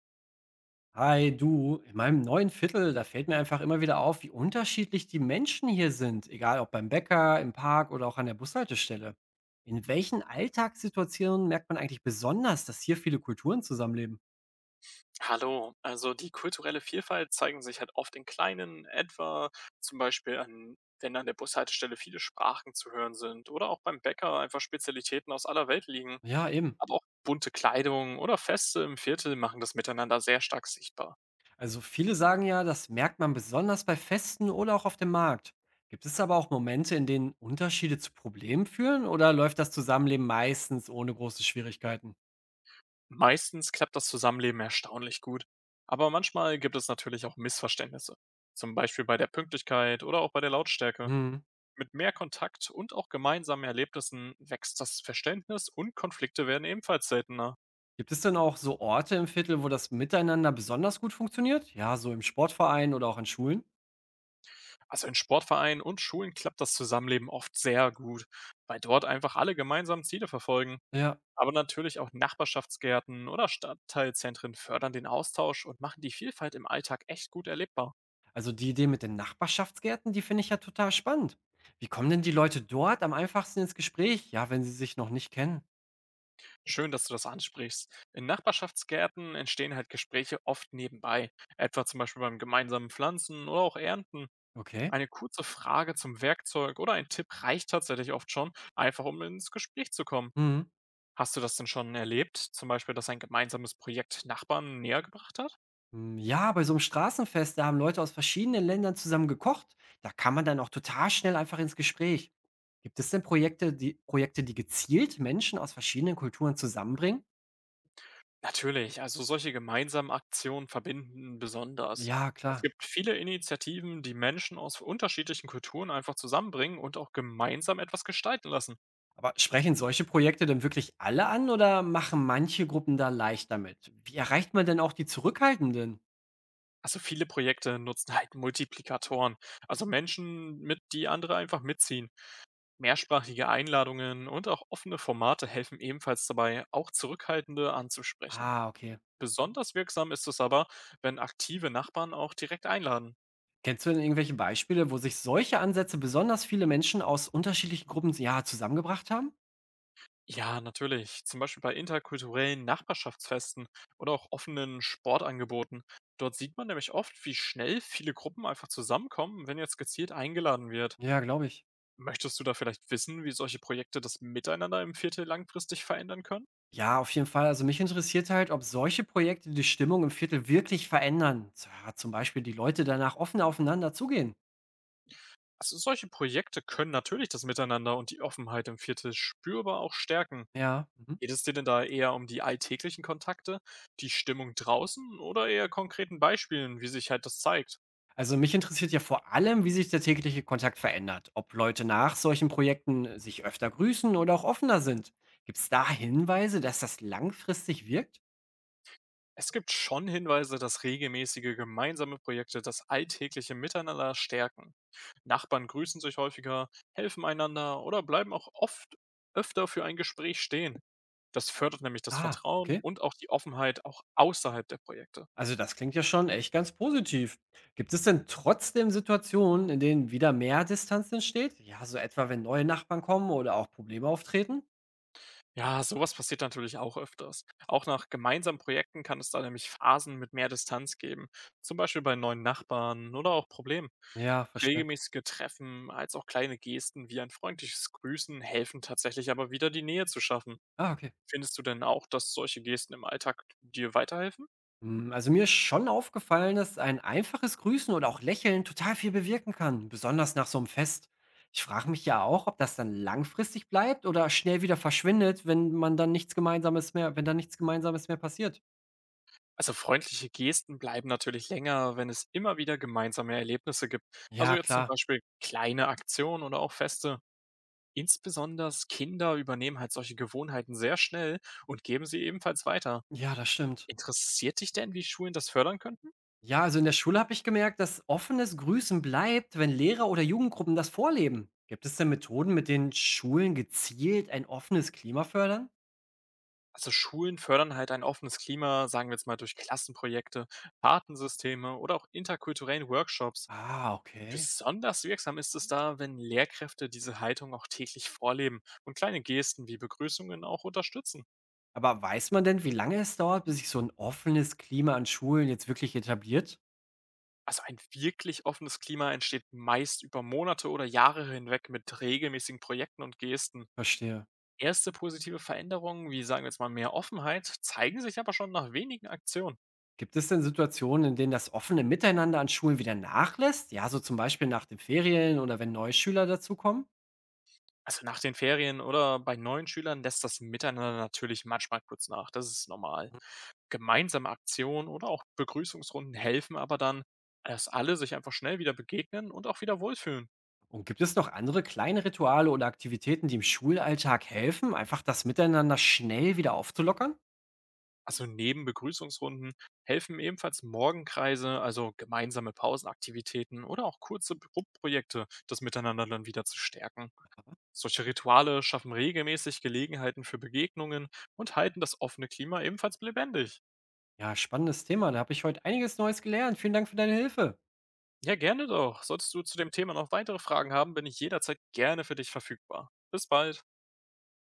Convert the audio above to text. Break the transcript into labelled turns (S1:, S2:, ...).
S1: Hi, du, in meinem neuen Viertel, da fällt mir einfach immer wieder auf, wie unterschiedlich die Menschen hier sind, egal ob beim Bäcker, im Park oder auch an der Bushaltestelle. In welchen Alltagssituationen merkt man eigentlich besonders, dass hier viele Kulturen zusammenleben?
S2: Hallo, also die kulturelle Vielfalt zeigen sich halt oft in kleinen, etwa zum Beispiel an, wenn an der Bushaltestelle viele Sprachen zu hören sind oder auch beim Bäcker einfach Spezialitäten aus aller Welt liegen.
S1: Ja, eben.
S2: Aber auch bunte Kleidung oder Feste im Viertel machen das Miteinander sehr stark sichtbar.
S1: Also viele sagen ja, das merkt man besonders bei Festen oder auch auf dem Markt. Gibt es aber auch Momente, in denen Unterschiede zu Problemen führen oder läuft das Zusammenleben meistens ohne große Schwierigkeiten?
S2: Meistens klappt das Zusammenleben erstaunlich gut, aber manchmal gibt es natürlich auch Missverständnisse. Zum Beispiel bei der Pünktlichkeit oder auch bei der Lautstärke.
S1: Hm.
S2: Mit mehr Kontakt und auch gemeinsamen Erlebnissen wächst das Verständnis, und Konflikte werden ebenfalls seltener.
S1: Gibt es denn auch so Orte im Viertel, wo das Miteinander besonders gut funktioniert? Ja, so im Sportverein oder auch in Schulen?
S2: Also in Sportvereinen und Schulen klappt das Zusammenleben oft sehr gut, weil dort einfach alle gemeinsam Ziele verfolgen.
S1: Ja.
S2: Aber natürlich auch Nachbarschaftsgärten oder Stadtteilzentren fördern den Austausch und machen die Vielfalt im Alltag echt gut erlebbar.
S1: Also die Idee mit den Nachbarschaftsgärten, die finde ich ja total spannend. Wie kommen denn die Leute dort am einfachsten ins Gespräch? Ja, wenn sie sich noch nicht kennen.
S2: Schön, dass du das ansprichst. In Nachbarschaftsgärten entstehen halt Gespräche oft nebenbei, etwa zum Beispiel beim gemeinsamen Pflanzen oder auch Ernten.
S1: Okay.
S2: Eine kurze Frage zum Werkzeug oder ein Tipp reicht tatsächlich oft schon, einfach um ins Gespräch zu kommen.
S1: Mhm.
S2: Hast du das denn schon erlebt, zum Beispiel, dass ein gemeinsames Projekt Nachbarn näher gebracht hat?
S1: Hm, ja, bei so einem Straßenfest, da haben Leute aus verschiedenen Ländern zusammen gekocht. Da kann man dann auch total schnell einfach ins Gespräch. Gibt es denn Projekte, die gezielt Menschen aus verschiedenen Kulturen zusammenbringen?
S2: Natürlich, also solche gemeinsamen Aktionen verbinden besonders.
S1: Ja,
S2: Es
S1: klar.
S2: gibt viele Initiativen, die Menschen aus unterschiedlichen Kulturen einfach zusammenbringen und auch gemeinsam etwas gestalten lassen.
S1: Aber sprechen solche Projekte denn wirklich alle an oder machen manche Gruppen da leicht damit? Wie erreicht man denn auch die Zurückhaltenden?
S2: Also viele Projekte nutzen halt Multiplikatoren, also Menschen, mit die andere einfach mitziehen. Mehrsprachige Einladungen und auch offene Formate helfen ebenfalls dabei, auch Zurückhaltende anzusprechen.
S1: Ah, okay.
S2: Besonders wirksam ist es aber, wenn aktive Nachbarn auch direkt einladen.
S1: Kennst du denn irgendwelche Beispiele, wo sich solche Ansätze besonders viele Menschen aus unterschiedlichen Gruppen, ja, zusammengebracht haben?
S2: Ja, natürlich. Zum Beispiel bei interkulturellen Nachbarschaftsfesten oder auch offenen Sportangeboten. Dort sieht man nämlich oft, wie schnell viele Gruppen einfach zusammenkommen, wenn jetzt gezielt eingeladen wird.
S1: Ja, glaube ich.
S2: Möchtest du da vielleicht wissen, wie solche Projekte das Miteinander im Viertel langfristig verändern können?
S1: Ja, auf jeden Fall. Also mich interessiert halt, ob solche Projekte die Stimmung im Viertel wirklich verändern. Ja, zum Beispiel die Leute danach offen aufeinander zugehen.
S2: Also solche Projekte können natürlich das Miteinander und die Offenheit im Viertel spürbar auch stärken.
S1: Ja. Mhm.
S2: Geht es dir denn da eher um die alltäglichen Kontakte, die Stimmung draußen oder eher konkreten Beispielen, wie sich halt das zeigt?
S1: Also mich interessiert ja vor allem, wie sich der tägliche Kontakt verändert. Ob Leute nach solchen Projekten sich öfter grüßen oder auch offener sind. Gibt es da Hinweise, dass das langfristig wirkt?
S2: Es gibt schon Hinweise, dass regelmäßige gemeinsame Projekte das alltägliche Miteinander stärken. Nachbarn grüßen sich häufiger, helfen einander oder bleiben auch oft öfter für ein Gespräch stehen. Das fördert nämlich das
S1: Ah,
S2: Vertrauen
S1: okay.
S2: und auch die Offenheit auch außerhalb der Projekte.
S1: Also das klingt ja schon echt ganz positiv. Gibt es denn trotzdem Situationen, in denen wieder mehr Distanz entsteht? Ja, so etwa wenn neue Nachbarn kommen oder auch Probleme auftreten?
S2: Ja, sowas passiert natürlich auch öfters. Auch nach gemeinsamen Projekten kann es da nämlich Phasen mit mehr Distanz geben, zum Beispiel bei neuen Nachbarn oder auch Problemen.
S1: Ja, verstehe.
S2: Regelmäßige Treffen als auch kleine Gesten wie ein freundliches Grüßen helfen tatsächlich aber wieder, die Nähe zu schaffen.
S1: Ah, okay.
S2: Findest du denn auch, dass solche Gesten im Alltag dir weiterhelfen?
S1: Hm, also, mir ist schon aufgefallen, dass ein einfaches Grüßen oder auch Lächeln total viel bewirken kann, besonders nach so einem Fest. Ich frage mich ja auch, ob das dann langfristig bleibt oder schnell wieder verschwindet, wenn dann nichts Gemeinsames mehr passiert.
S2: Also freundliche Gesten bleiben natürlich länger, wenn es immer wieder gemeinsame Erlebnisse gibt. Also
S1: Ja,
S2: jetzt zum
S1: klar.
S2: Beispiel kleine Aktionen oder auch Feste. Insbesondere Kinder übernehmen halt solche Gewohnheiten sehr schnell und geben sie ebenfalls weiter.
S1: Ja, das stimmt.
S2: Interessiert dich denn, wie Schulen das fördern könnten?
S1: Ja, also in der Schule habe ich gemerkt, dass offenes Grüßen bleibt, wenn Lehrer oder Jugendgruppen das vorleben. Gibt es denn Methoden, mit denen Schulen gezielt ein offenes Klima fördern?
S2: Also Schulen fördern halt ein offenes Klima, sagen wir jetzt mal durch Klassenprojekte, Patensysteme oder auch interkulturellen Workshops.
S1: Ah, okay.
S2: Besonders wirksam ist es da, wenn Lehrkräfte diese Haltung auch täglich vorleben und kleine Gesten wie Begrüßungen auch unterstützen.
S1: Aber weiß man denn, wie lange es dauert, bis sich so ein offenes Klima an Schulen jetzt wirklich etabliert?
S2: Also ein wirklich offenes Klima entsteht meist über Monate oder Jahre hinweg mit regelmäßigen Projekten und Gesten.
S1: Verstehe.
S2: Erste positive Veränderungen, wie sagen wir jetzt mal mehr Offenheit, zeigen sich aber schon nach wenigen Aktionen.
S1: Gibt es denn Situationen, in denen das offene Miteinander an Schulen wieder nachlässt? Ja, so zum Beispiel nach den Ferien oder wenn neue Schüler dazukommen?
S2: Also nach den Ferien oder bei neuen Schülern lässt das Miteinander natürlich manchmal kurz nach, das ist normal. Gemeinsame Aktionen oder auch Begrüßungsrunden helfen aber dann, dass alle sich einfach schnell wieder begegnen und auch wieder wohlfühlen.
S1: Und gibt es noch andere kleine Rituale oder Aktivitäten, die im Schulalltag helfen, einfach das Miteinander schnell wieder aufzulockern?
S2: Also neben Begrüßungsrunden helfen ebenfalls Morgenkreise, also gemeinsame Pausenaktivitäten oder auch kurze Gruppprojekte, das Miteinander dann wieder zu stärken. Solche Rituale schaffen regelmäßig Gelegenheiten für Begegnungen und halten das offene Klima ebenfalls lebendig.
S1: Ja, spannendes Thema. Da habe ich heute einiges Neues gelernt. Vielen Dank für deine Hilfe.
S2: Ja, gerne doch. Solltest du zu dem Thema noch weitere Fragen haben, bin ich jederzeit gerne für dich verfügbar. Bis bald.